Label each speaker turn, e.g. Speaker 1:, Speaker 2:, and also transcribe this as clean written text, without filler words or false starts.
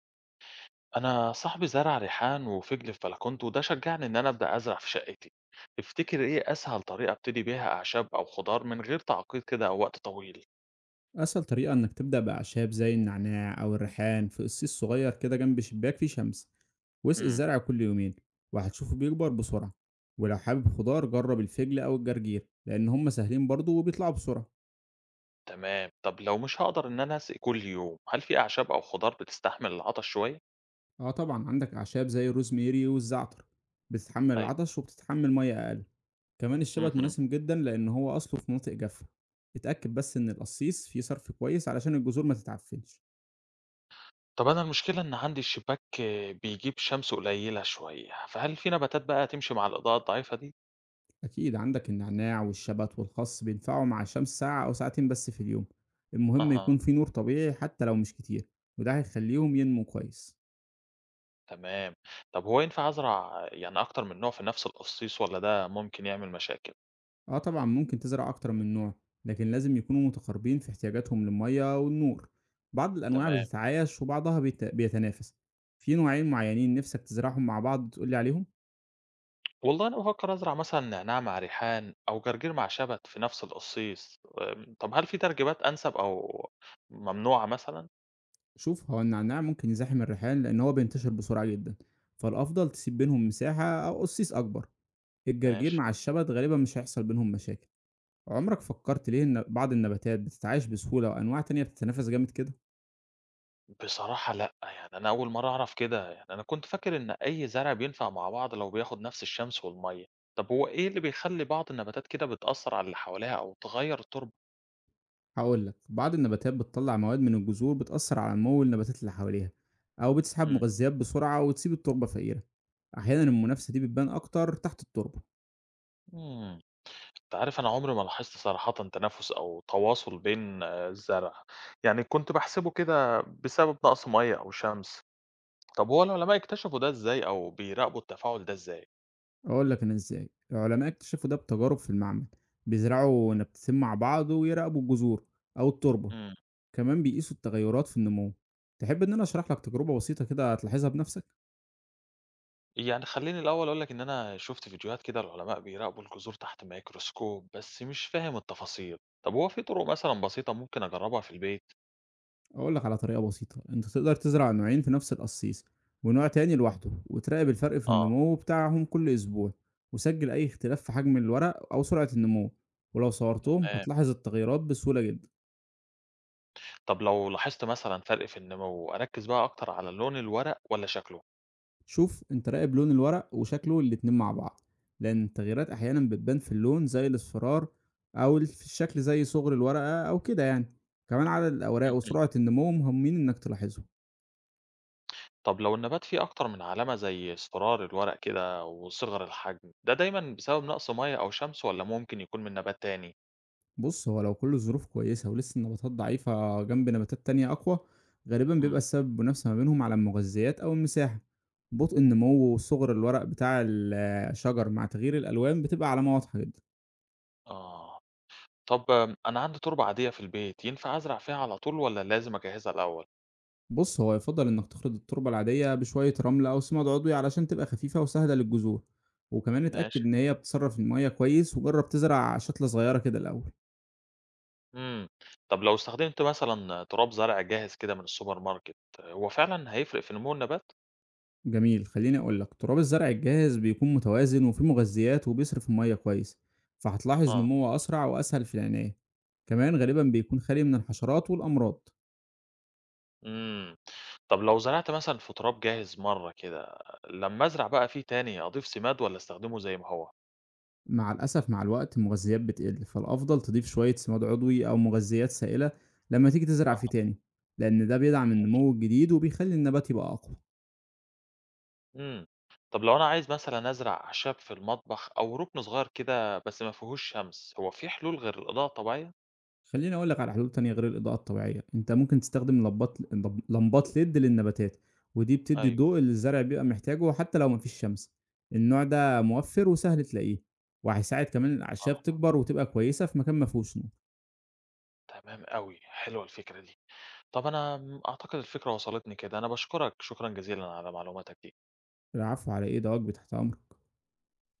Speaker 1: أنا صاحبي زرع ريحان وفجل في بلكونته وده شجعني إن أنا أبدأ أزرع في شقتي. تفتكر إيه أسهل طريقة أبتدي بيها أعشاب أو خضار من غير تعقيد كده أو وقت طويل؟
Speaker 2: أسهل طريقة إنك تبدأ بأعشاب زي النعناع أو الريحان في قصيص صغير كده جنب شباك فيه شمس، واسقي
Speaker 1: امم.
Speaker 2: الزرع كل يومين وهتشوفه بيكبر بسرعة. ولو حابب خضار جرب الفجل أو الجرجير لأن هما سهلين برضه وبيطلعوا بسرعة.
Speaker 1: تمام، طب لو مش هقدر إن أنا أسقي كل يوم، هل في أعشاب أو خضار بتستحمل العطش شوية؟
Speaker 2: أه طبعا عندك أعشاب زي الروزميري والزعتر بتتحمل
Speaker 1: أيوه.
Speaker 2: العطش وبتتحمل مية أقل. كمان الشبت
Speaker 1: امم.
Speaker 2: مناسب جدا لأن هو أصله في مناطق جافة. اتأكد بس إن القصيص فيه صرف كويس علشان الجذور ما تتعفنش.
Speaker 1: طب أنا المشكلة إن عندي الشباك بيجيب شمس قليلة شوية، فهل في نباتات بقى تمشي مع الإضاءة الضعيفة دي؟
Speaker 2: أكيد عندك النعناع والشبت والخس بينفعوا مع الشمس ساعة أو ساعتين بس في اليوم، المهم
Speaker 1: أها.
Speaker 2: يكون في نور طبيعي حتى لو مش كتير وده هيخليهم ينمو كويس.
Speaker 1: تمام. طب هو ينفع أزرع يعني أكتر من نوع في نفس القصيص ولا ده ممكن يعمل مشاكل؟
Speaker 2: اه طبعا ممكن تزرع أكتر من نوع، لكن لازم يكونوا متقاربين في احتياجاتهم للمية والنور. بعض الأنواع
Speaker 1: تمام.
Speaker 2: بتتعايش وبعضها بيتنافس. في نوعين معينين نفسك تزرعهم مع بعض تقولي عليهم؟
Speaker 1: والله أنا بافكر أزرع مثلًا نعناع مع ريحان أو جرجير مع شبت في نفس القصيص، طب هل في ترجيبات أنسب أو ممنوعة مثلًا؟
Speaker 2: شوف، هو النعناع ممكن يزاحم الريحان لأن هو بينتشر بسرعة جدا، فالأفضل تسيب بينهم مساحة أو قصيص أكبر. الجرجير
Speaker 1: ماشي.
Speaker 2: مع الشبت غالبا مش هيحصل بينهم مشاكل. عمرك فكرت ليه إن بعض النباتات بتتعايش بسهولة وأنواع تانية بتتنفس جامد كده؟
Speaker 1: بصراحة لأ، يعني أنا أول مرة أعرف كده، يعني أنا كنت فاكر إن أي زرع بينفع مع بعض لو بياخد نفس الشمس والمَيّة. طب هو إيه اللي بيخلّي بعض النباتات كده بتأثّر على اللي حواليها أو تغيّر التربة؟
Speaker 2: هقول لك، بعض النباتات بتطلع مواد من الجذور بتأثر على نمو النباتات اللي حواليها، أو بتسحب
Speaker 1: إمم.
Speaker 2: مغذيات بسرعة وتسيب التربة فقيرة. أحيانا المنافسة دي بتبان أكتر تحت التربة.
Speaker 1: إمم. أنت عارف أنا عمري ما لاحظت صراحةً تنافس أو تواصل بين الزرع، يعني كنت باحسبه كده بسبب نقص مَيّة أو شمس. طب هو العلماء اكتشفوا ده إزاي أو بيراقبوا التفاعل ده إزاي؟
Speaker 2: أقول لك أنا إزاي العلماء اكتشفوا ده، بتجارب في المعمل بيزرعوا نباتتين مع بعض ويراقبوا الجذور أو التربة.
Speaker 1: امم.
Speaker 2: كمان بيقيسوا التغيرات في النمو. تحب إن أنا أشرح لك تجربة بسيطة كده هتلاحظها بنفسك؟
Speaker 1: يعني خليني الأول أقول لك إن أنا شفت فيديوهات كده العلماء بيراقبوا الجذور تحت ميكروسكوب بس مش فاهم التفاصيل. طب هو في طرق مثلا بسيطة ممكن أجربها في البيت؟
Speaker 2: اقول لك على طريقة بسيطة، انت تقدر تزرع نوعين في نفس القصيص ونوع تاني لوحده وتراقب الفرق في
Speaker 1: آه.
Speaker 2: النمو بتاعهم كل اسبوع. وسجل اي اختلاف في حجم الورق او سرعة النمو، ولو صورتهم
Speaker 1: تمام.
Speaker 2: هتلاحظ التغيرات بسهولة جدا.
Speaker 1: طب لو لاحظت مثلا فرق في النمو أركز بقى أكتر على لون الورق ولا شكله؟
Speaker 2: شوف، انت راقب لون الورق وشكله الاتنين مع بعض، لان التغييرات احيانا بتبان في اللون زي الاصفرار، او في الشكل زي صغر الورقة او كده يعني. كمان عدد الاوراق
Speaker 1: مهم.
Speaker 2: وسرعة النمو مهمين انك تلاحظهم.
Speaker 1: طب لو النبات فيه أكتر من علامة زي اصفرار الورق كده وصغر الحجم ده دايما بسبب نقص مية أو شمس ولا ممكن يكون من نبات تاني؟
Speaker 2: بص، هو لو كل الظروف كويسة ولسه النباتات ضعيفة جنب نباتات تانية أقوى، غالبا بيبقى
Speaker 1: مم.
Speaker 2: السبب منافسة ما بينهم على المغذيات أو المساحة. بطء النمو وصغر الورق بتاع الشجر مع تغيير الألوان بتبقى علامة واضحة جدا.
Speaker 1: آه. طب أنا عندي تربة عادية في البيت، ينفع أزرع فيها على طول والّا لازم أجهزها الأول؟
Speaker 2: بص، هو يفضل إنك تخلط التربة العادية بشوية رمل أو سماد عضوي علشان تبقى خفيفة وسهلة للجذور، وكمان
Speaker 1: ماشي.
Speaker 2: اتأكد إن هي بتصرف المية كويس، وجرب تزرع شتلة صغيرة كده الأول.
Speaker 1: إمم. طب لو استخدمت مثلًا تراب زرع جاهز كده من السوبر ماركت، هو فعلًا هيفرق في نمو النبات؟
Speaker 2: جميل، خليني اقول لك، تراب الزرع الجاهز بيكون متوازن وفيه مغذيات وبيصرف الميه كويس، فهتلاحظ
Speaker 1: آه.
Speaker 2: نموه اسرع واسهل في العنايه. كمان غالبا بيكون خالي من الحشرات والامراض.
Speaker 1: إمم. طب لو زرعت مثلًا في تراب جاهز مرة كده، لمّا أزرع بقى فيه تاني أضيف سماد والّا أستخدمه زي ما هو؟
Speaker 2: مع الاسف مع الوقت المغذيات بتقل، فالافضل تضيف شويه سماد عضوي او مغذيات سائله لما تيجي تزرع
Speaker 1: آه.
Speaker 2: فيه تاني، لان ده بيدعم النمو الجديد وبيخلي النبات يبقى اقوى.
Speaker 1: إمم. طب لو أنا عايز مثلًا أزرع أعشاب في المطبخ أو ركن صغير كده بس ما فيهوش شمس، هو في حلول غير الإضاءة الطبيعية؟
Speaker 2: خلّيني أقول لك على حلول تانية غير الإضاءة الطبيعية، أنت ممكن تستخدم لمبات LED للنباتات، ودي بتدّي
Speaker 1: أيوه.
Speaker 2: الضوء اللي الزرع بيبقى محتاجه حتى لو ما فيش شمس. النوع ده موفّر وسهل تلاقيه، وهيساعد كمان الأعشاب
Speaker 1: أها.
Speaker 2: تكبر وتبقى كويسة في مكان ما فيهوش نور.
Speaker 1: تمام أوي، حلوة الفكرة دي. طب أنا أعتقد الفكرة وصلتني كده، أنا باشكرك شكرًا جزيلًا على معلوماتك دي.
Speaker 2: العفو على إيه، ده واجبي، تحت أمرك.